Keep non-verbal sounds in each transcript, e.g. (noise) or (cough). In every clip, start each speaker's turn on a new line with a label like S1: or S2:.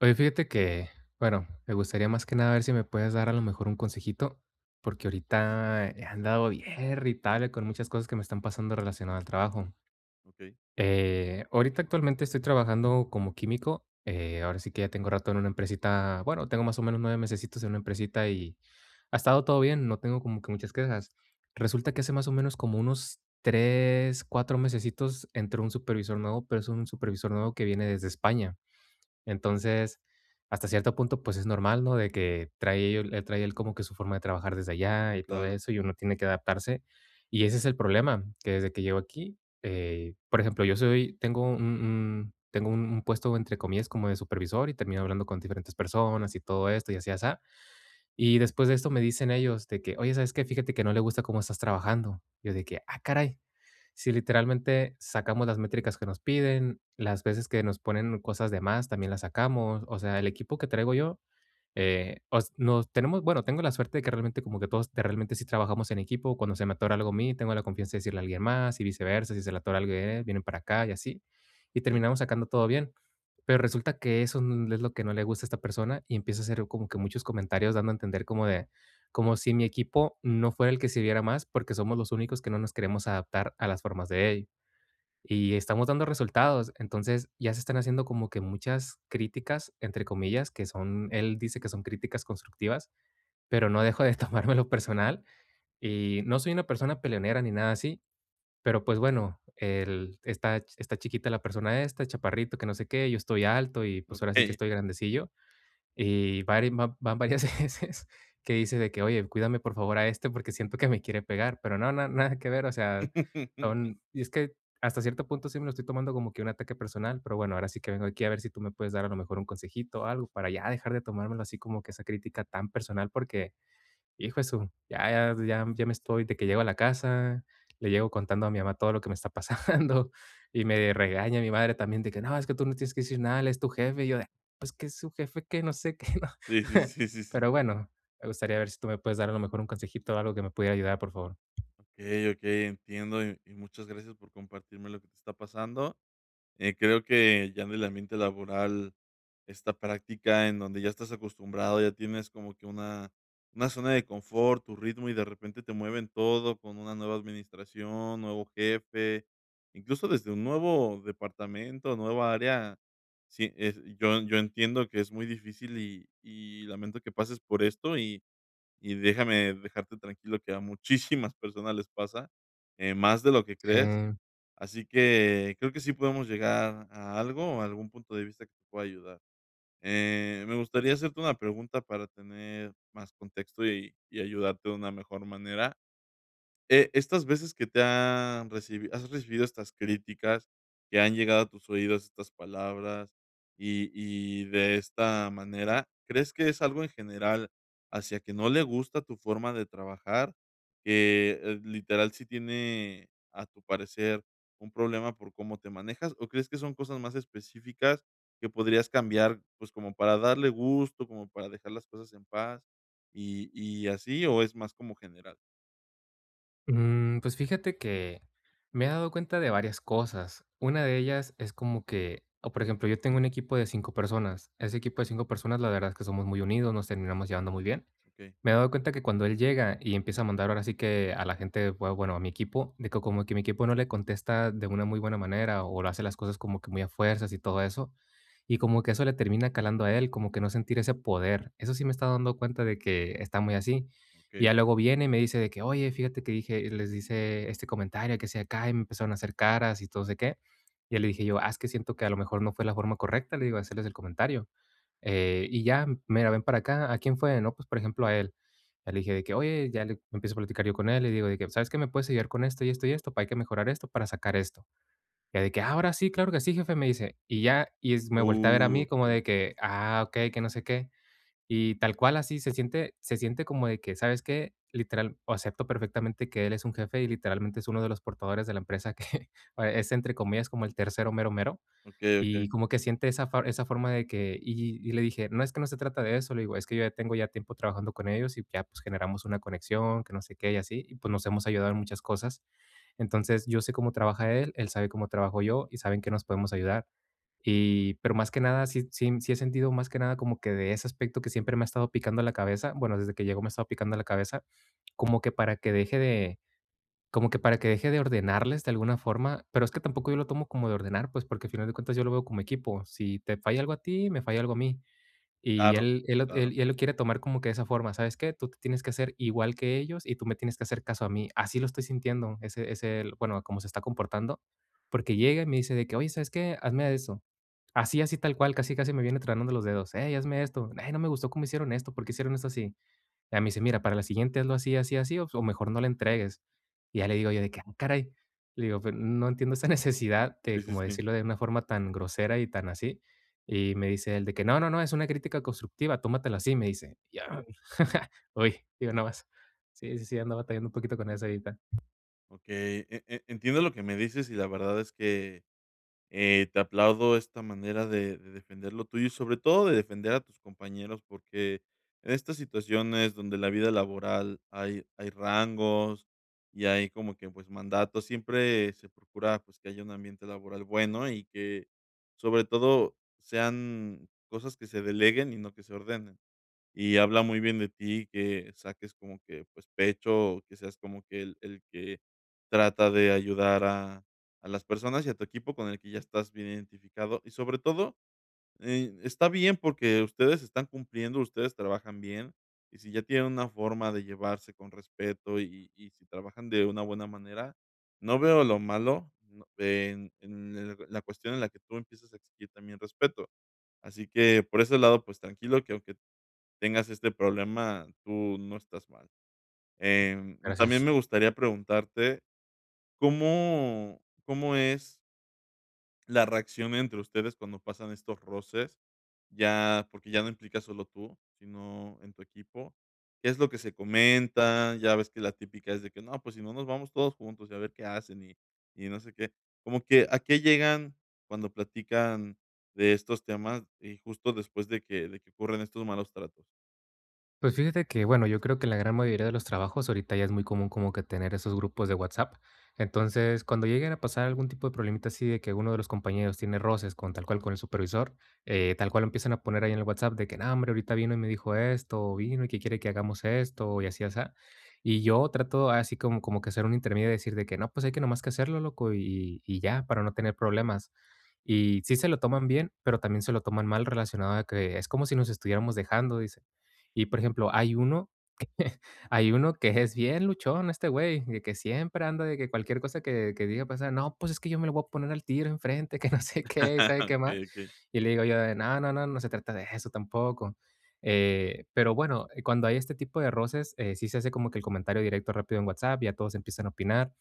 S1: Oye, fíjate que, bueno, me gustaría más que nada ver si me puedes dar a lo mejor un consejito, porque ahorita he andado bien irritable con muchas cosas que me están pasando relacionadas al trabajo.
S2: Okey,
S1: Ahorita actualmente estoy trabajando como químico. Ahora sí que ya tengo rato en una empresita, bueno, tengo más o menos 9 mesecitos en una empresita y ha estado todo bien, no tengo como que muchas quejas. Resulta que hace más o menos como unos 3, 4 mesecitos entró un supervisor nuevo, pero es un supervisor nuevo que viene desde España. Entonces, hasta cierto punto, pues es normal, ¿no? De que él trae él como que su forma de trabajar desde allá y todo
S2: claro,
S1: eso, y uno tiene que adaptarse. Y ese es el problema, que desde que llego aquí, por ejemplo, yo soy, tengo tengo un puesto entre comillas como de supervisor y termino hablando con diferentes personas y todo esto y así, así. Y después de esto me dicen ellos de que, oye, ¿sabes qué? Fíjate que no le gusta cómo estás trabajando. Yo de que, ah, caray. Si literalmente sacamos las métricas que nos piden, las veces que nos ponen cosas de más, también las sacamos. O sea, el equipo que traigo yo os nos tenemos bueno, tengo la suerte de que realmente como que todos de realmente sí trabajamos en equipo. Cuando se me atora algo a mí, tengo la confianza de decirle a alguien más y viceversa. Si se le atora algo a él, vienen para acá y así. Y
S2: okey,
S1: terminamos sacando todo bien. Pero resulta que eso n es lo que no le gusta a esta persona y empieza a hacer como que muchos comentarios dando a entender como si mi equipo no fuera el que sirviera más, porque somos los únicos que no nos queremos adaptar a las formas de él. Y estamos dando resultados. Entonces, ya se están haciendo como que muchas críticas, entre comillas, que son él dice que son críticas constructivas, pero no dejo de (laughs) tomármelo personal. Y no soy una persona peleonera ni nada así, pero pues bueno, el está está chiquita la persona esta, chaparrito, que no sé qué, yo estoy alto y, pues, ahora sí que
S2: okey.
S1: estoy grandecillo. Y vari va van varias (laughs) veces que dice de que: "Oye, cuídame, por favor, a este porque siento que me quiere pegar", pero no, na nada que ver, o sea,
S2: (laughs)
S1: son y es que hasta cierto punto sí me lo estoy tomando como que un ataque personal, pero bueno, ahora sí que vengo aquí a ver si tú me puedes dar a lo mejor un consejito o algo para ya dejar de tomármelo así como que esa crítica tan personal, porque hijo de su, ya me estoy de que llego a la casa, le llego contando a mi mamá todo lo que me está pasando, (laughs) y me regaña mi madre también de que: "No, es que tú no tienes que decir nada, él es tu jefe". Y yo de: "Pues que es su jefe, que no sé qué", ¿no?
S2: Sí, sí,
S1: (laughs)
S2: sí, sí, sí.
S1: Pero bueno, me gustaría ver si tú me puedes dar a lo mejor un consejito o algo que me pudiera ayudar, por favor.
S2: Okey, okey, entiendo, y muchas gracias por compartirme lo que te está pasando. Creo que ya en el ambiente laboral, esta práctica en donde ya estás acostumbrado, ya tienes como que una zona de confort, tu ritmo y de repente te mueven todo con una nueva administración, nuevo jefe, incluso desde un nuevo departamento, nueva área. Sí, yo entiendo que es muy difícil y lamento que pases por esto y déjame dejarte tranquilo que a muchísimas personas les pasa, más de lo que crees.
S1: Eh,
S2: Así que creo que sí podemos llegar a algo o a algún punto de vista que te pueda ayudar. Me gustaría hacerte una pregunta para tener más contexto y ayudarte de una mejor manera. Estas veces que te han has recibido estas críticas, que han llegado a tus oídos estas palabras, y de esta manera, ¿crees que es algo en general hacia que no le gusta tu forma de trabajar? Que, literal, sí tiene, a tu parecer, un problema por cómo te manejas, ¿o crees que son cosas más específicas que podrías cambiar, pues, como para darle gusto, como para dejar las cosas en paz, y así, o es más como general?
S1: pues fíjate que me he dado cuenta de varias cosas. Una de ellas es como que, o por ejemplo, yo tengo un equipo de 5 personas. Ese equipo de 5 personas, la verdad es que somos muy unidos, nos terminamos llevando muy bien.
S2: ¿Ok?
S1: Me he dado cuenta que cuando él llega y empieza a mandar ahora sí que a la gente, bueno, a mi equipo, de que como que mi equipo no le contesta de una muy buena manera o lo hace las cosas como que muy a fuerzas y todo eso. Y como que eso le termina calando a él, como que no sentir ese poder. Eso sí me está dando cuenta de que está muy así. Y
S2: Ok.
S1: ya luego viene y me dice de que, oye, fíjate que dije, y les dice este comentario que se acá y me empezaron a hacer caras y todo sé qué. Y ya le dije yo, ah, es que siento que a lo mejor no fue la forma correcta, le digo, hacerles el comentario. Y ya, mira, ven para acá, ¿a quién fue? No, pues, por ejemplo, a él. Ya le dije de que, oye, ya le empiezo a platicar yo con él, le digo de que, ¿sabes qué? ¿Me puedes ayudar con esto y esto y esto? Para hay que mejorar esto, para sacar esto. Ya de que, "Ah, ahora sí, claro que sí, jefe, me dice. Y ya, me voltea a ver a mí como
S2: Okey,
S1: de que, ah, ok, que no sé qué. Y tal cual así se siente como de que, ¿sabes qué? Literal, acepto perfectamente que él es un jefe y literalmente es uno de los portadores de la empresa que (laughs) es, entre comillas, como el tercero mero mero
S2: okey,
S1: y
S2: okey.
S1: como que siente esa forma de que y le dije: "No, es que no se trata de eso", le digo, "es que yo ya tengo ya tiempo trabajando con ellos y ya, pues, generamos una conexión, que no sé qué y así, y pues nos hemos ayudado en muchas cosas". Entonces, yo sé cómo trabaja él, él sabe cómo trabajo yo y saben que nos podemos ayudar. Y, pero más que nada, sí he sentido más que nada como que de ese aspecto que siempre me ha estado picando la cabeza, bueno, desde que llegó me ha estado picando la cabeza, como que para que deje como que para que deje de ordenarles de alguna forma, pero es que tampoco yo lo tomo como de ordenar, pues, porque al final de cuentas yo lo veo como equipo. Si te falla algo a ti, me falla algo a mí. Y
S2: Claro, claro.
S1: él lo quiere tomar como que de esa forma, ¿sabes qué? Tú te tienes que hacer igual que ellos y tú me tienes que hacer caso a mí. Así lo estoy sintiendo, ese ese bueno, como se está comportando, porque llega y me dice de que: "Oye, ¿sabes qué? Hazme eso". Así, así tal cual, casi, casi me viene tronando los dedos: "Hey, hazme esto. Ay, no me gustó cómo hicieron esto, ¿por qué hicieron esto así?". Ya me dice: "Mira, para la siguiente hazlo así, así, así, o mejor no la entregues". Y ya le digo yo de que: "Ah, caray". Le digo: "Pero no entiendo esa (laughs) necesidad
S2: Sí,
S1: de,
S2: sí,
S1: como
S2: sí.
S1: decirlo de una forma tan grosera y tan así". Y me dice él de que: "No, no, no, es una crítica constructiva, tómatelo así", me dice. Ya (laughs) uy, digo, no más. Sí, sí, sí, ando batallando un poquito con eso ahorita.
S2: Okey, entiendo lo que me dices y la verdad es que te aplaudo esta manera de defender lo tuyo y sobre todo de defender a tus compañeros, porque en estas situaciones donde la vida laboral hay rangos y hay como que, pues, mandatos, siempre se procura, pues, que haya un ambiente laboral bueno y que sobre todo sean cosas que se deleguen y no que se ordenen. Y habla muy bien de ti que saques como que, pues, pecho, que seas como que el que trata de ayudar a las personas y a tu equipo con el que ya estás bien identificado. Y sobre todo, está bien porque ustedes están cumpliendo, ustedes trabajan bien, y si ya tienen una forma de llevarse con respeto y si trabajan de una buena manera, no veo lo malo, no en el la cuestión en la que tú empiezas a exigir también respeto. Así que por ese lado, pues, tranquilo que aunque tengas este problema, tú no estás mal. Em, también
S1: Gracias.
S2: me gustaría preguntarte, cómo es la reacción entre ustedes cuando pasan estos roces? Ya, porque ya no implica solo tú, sino en tu equipo. ¿Qué es lo que se comenta? Ya ves que la típica es de que: "No, pues si no nos vamos todos juntos y a ver qué hacen", y no sé qué. Como que, ¿a qué llegan cuando platican de estos temas, y justo después de que ocurren estos malos tratos?
S1: Pues fíjate que, bueno, yo creo que en la gran mayoría de los trabajos ahorita ya es muy común como que tener esos grupos de WhatsApp. Entonces, cuando lleguen a pasar algún tipo de problemita así de que uno de los compañeros tiene roces con tal cual con el supervisor, tal cual empiezan a poner ahí en el WhatsApp de que, no, hombre, ahorita vino y me dijo esto, o vino y que quiere que hagamos esto, y así, así. Y yo trato así como, como que ser un intermedio y decir de que, no, pues hay que nomás que hacerlo, loco, y ya, para no tener problemas. Y sí se lo toman bien, pero también se lo toman mal relacionado a que es como si nos estuviéramos dejando, dice. Y, por ejemplo, hay uno que es bien luchón este güey, de que siempre anda de que cualquier cosa que diga pasar: "No, pues, es que yo me lo voy a poner al tiro enfrente, que (laughs) no sé qué, y sabe
S2: (laughs)
S1: qué más".
S2: Okey,
S1: Y le digo yo de: "No, no, no, no se trata de eso tampoco". Pero bueno, cuando hay este tipo de roces, sí se hace como que el comentario directo rápido en WhatsApp, ya todos empiezan a opinar.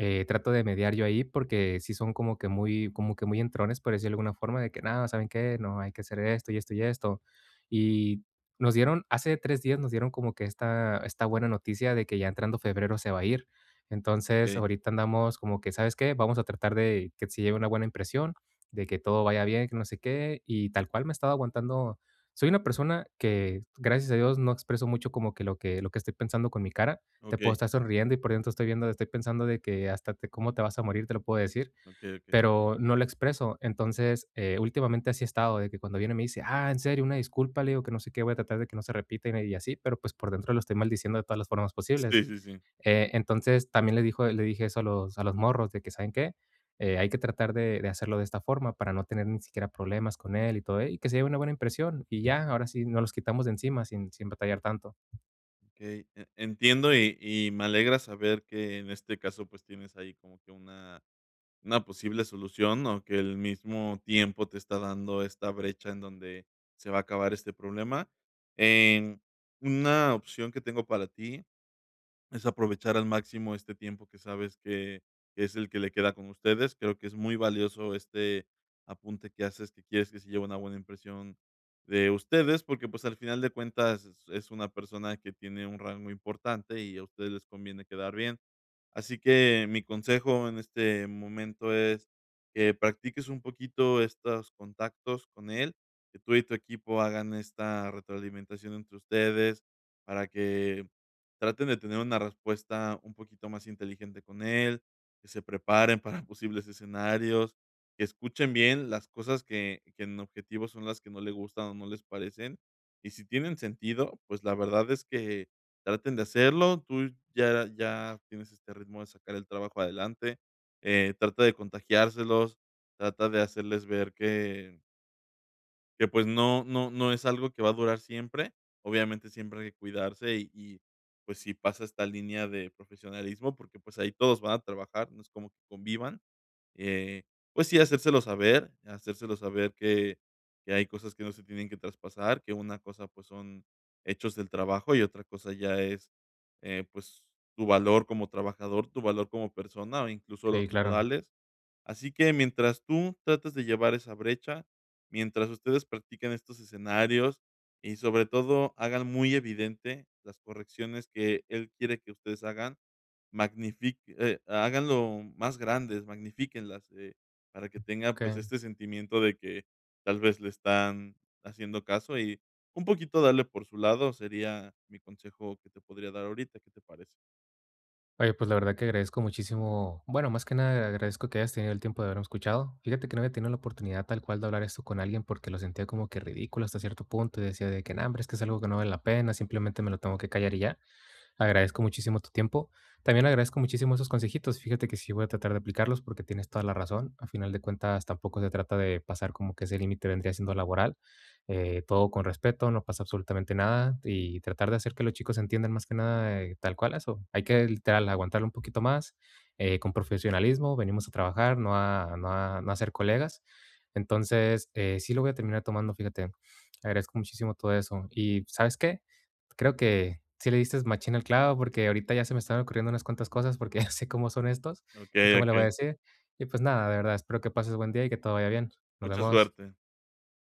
S1: Trato de mediar yo ahí porque sí son como que muy entrones, por decirlo de alguna forma, de que: "No, ¿saben qué? No, hay que hacer esto y esto y esto". Y nos dieron hace 3 días nos dieron como que esta buena noticia de que ya entrando febrero se va a ir. Entonces,
S2: okey.
S1: ahorita andamos como que, ¿sabes qué? Vamos a tratar de que se lleve una buena impresión, de que todo vaya bien, que no sé qué, y tal cual me he estado aguantando. Soy una persona que, gracias a Dios, no expreso mucho como que lo que estoy pensando con mi cara. Te puedo
S2: Okey,
S1: estar sonriendo y por dentro estoy pensando de que hasta te cómo te vas a morir, te lo puedo decir
S2: okey, okey.
S1: pero no lo expreso. Entonces, últimamente así he estado, de que cuando viene me dice, ah, en serio, una disculpa, le digo que no sé qué, voy a tratar de que no se repita y así, pero pues por dentro lo estoy maldiciendo de todas las formas posibles.
S2: Sí, sí, sí.
S1: Entonces, también le dije eso a los morros, de que, ¿saben qué? Hay que tratar de hacerlo de esta forma para no tener ni siquiera problemas con él y todo, y que se lleve una buena impresión. Y ya, ahora sí, nos los quitamos de encima sin, sin batallar tanto.
S2: Okey, entiendo y me alegra saber que en este caso, pues, tienes ahí como que una posible solución, o que el mismo tiempo te está dando esta brecha en donde se va a acabar este problema. Em, una opción que tengo para ti es aprovechar al máximo este tiempo que sabes que es el que le queda con ustedes. Creo que es muy valioso este apunte que haces, que quieres que se lleve una buena impresión de ustedes, porque pues al final de cuentas es una persona que tiene un rango importante y a ustedes les conviene quedar bien. Así que mi consejo en este momento es que practiques un poquito estos contactos con él, que tú y tu equipo hagan esta retroalimentación entre ustedes para que traten de tener una respuesta un poquito más inteligente con él, que se preparen para (laughs) posibles escenarios, que escuchen bien las cosas que en objetivo son las que no le gustan o no les parecen. Y si tienen sentido, pues la verdad es que traten de hacerlo. Tú ya tienes este ritmo de sacar el trabajo adelante, trata de contagiárselos, trata de hacerles ver que, pues, no no es algo que va a durar siempre. Obviamente, siempre hay que cuidarse y, pues, si pasa esta línea de profesionalismo, porque, pues, ahí todos van a trabajar, no es como que convivan. Eh, pues sí, hacérselo saber que hay cosas que no se tienen que traspasar, que una cosa, pues, son hechos del trabajo y otra cosa ya es, pues, tu valor como trabajador, tu valor como persona o incluso
S1: Sí,
S2: los
S1: claro.
S2: modales. Así que mientras tú tratas de llevar esa brecha, mientras ustedes practiquen estos escenarios y, sobre todo, hagan muy evidente las correcciones que él quiere que ustedes hagan, magnifi háganlo más grandes, magnifíquenlas, para que tenga,
S1: Ok.
S2: pues, este sentimiento de que tal vez le están haciendo caso y un poquito darle por su lado sería mi consejo que te podría dar ahorita, ¿qué te parece?
S1: Oye, pues la verdad que agradezco muchísimo, bueno, más que nada agradezco que hayas tenido el tiempo de haberme escuchado. Fíjate que no había tenido la oportunidad tal cual de hablar esto con alguien porque lo sentía como que ridículo hasta cierto punto y decía de que, no, hombre, es que es algo que no vale la pena, simplemente me lo tengo que callar y ya. Agradezco muchísimo tu tiempo. También agradezco muchísimo esos consejitos. Fíjate que sí voy a tratar de aplicarlos porque tienes toda la razón. A final de cuentas, tampoco se trata de pasar como que ese límite vendría siendo laboral. Todo con respeto, no pasa absolutamente nada y tratar de hacer que los chicos entiendan más que nada tal cual eso. Hay que literal aguantarlo un poquito más con profesionalismo. Venimos a trabajar, no a ser colegas. Entonces, sí lo voy a terminar tomando, fíjate. Agradezco muchísimo todo eso. ¿Y sabes qué? Creo que sí le diste machín al clavo, porque ahorita ya se me están ocurriendo unas cuantas cosas, porque (laughs) ya sé cómo son estos y
S2: Okey,
S1: cómo le voy a
S2: okey.
S1: decir. Y pues nada, de verdad, espero que pases buen día y que todo vaya bien. Nos
S2: Mucha
S1: vemos.
S2: suerte.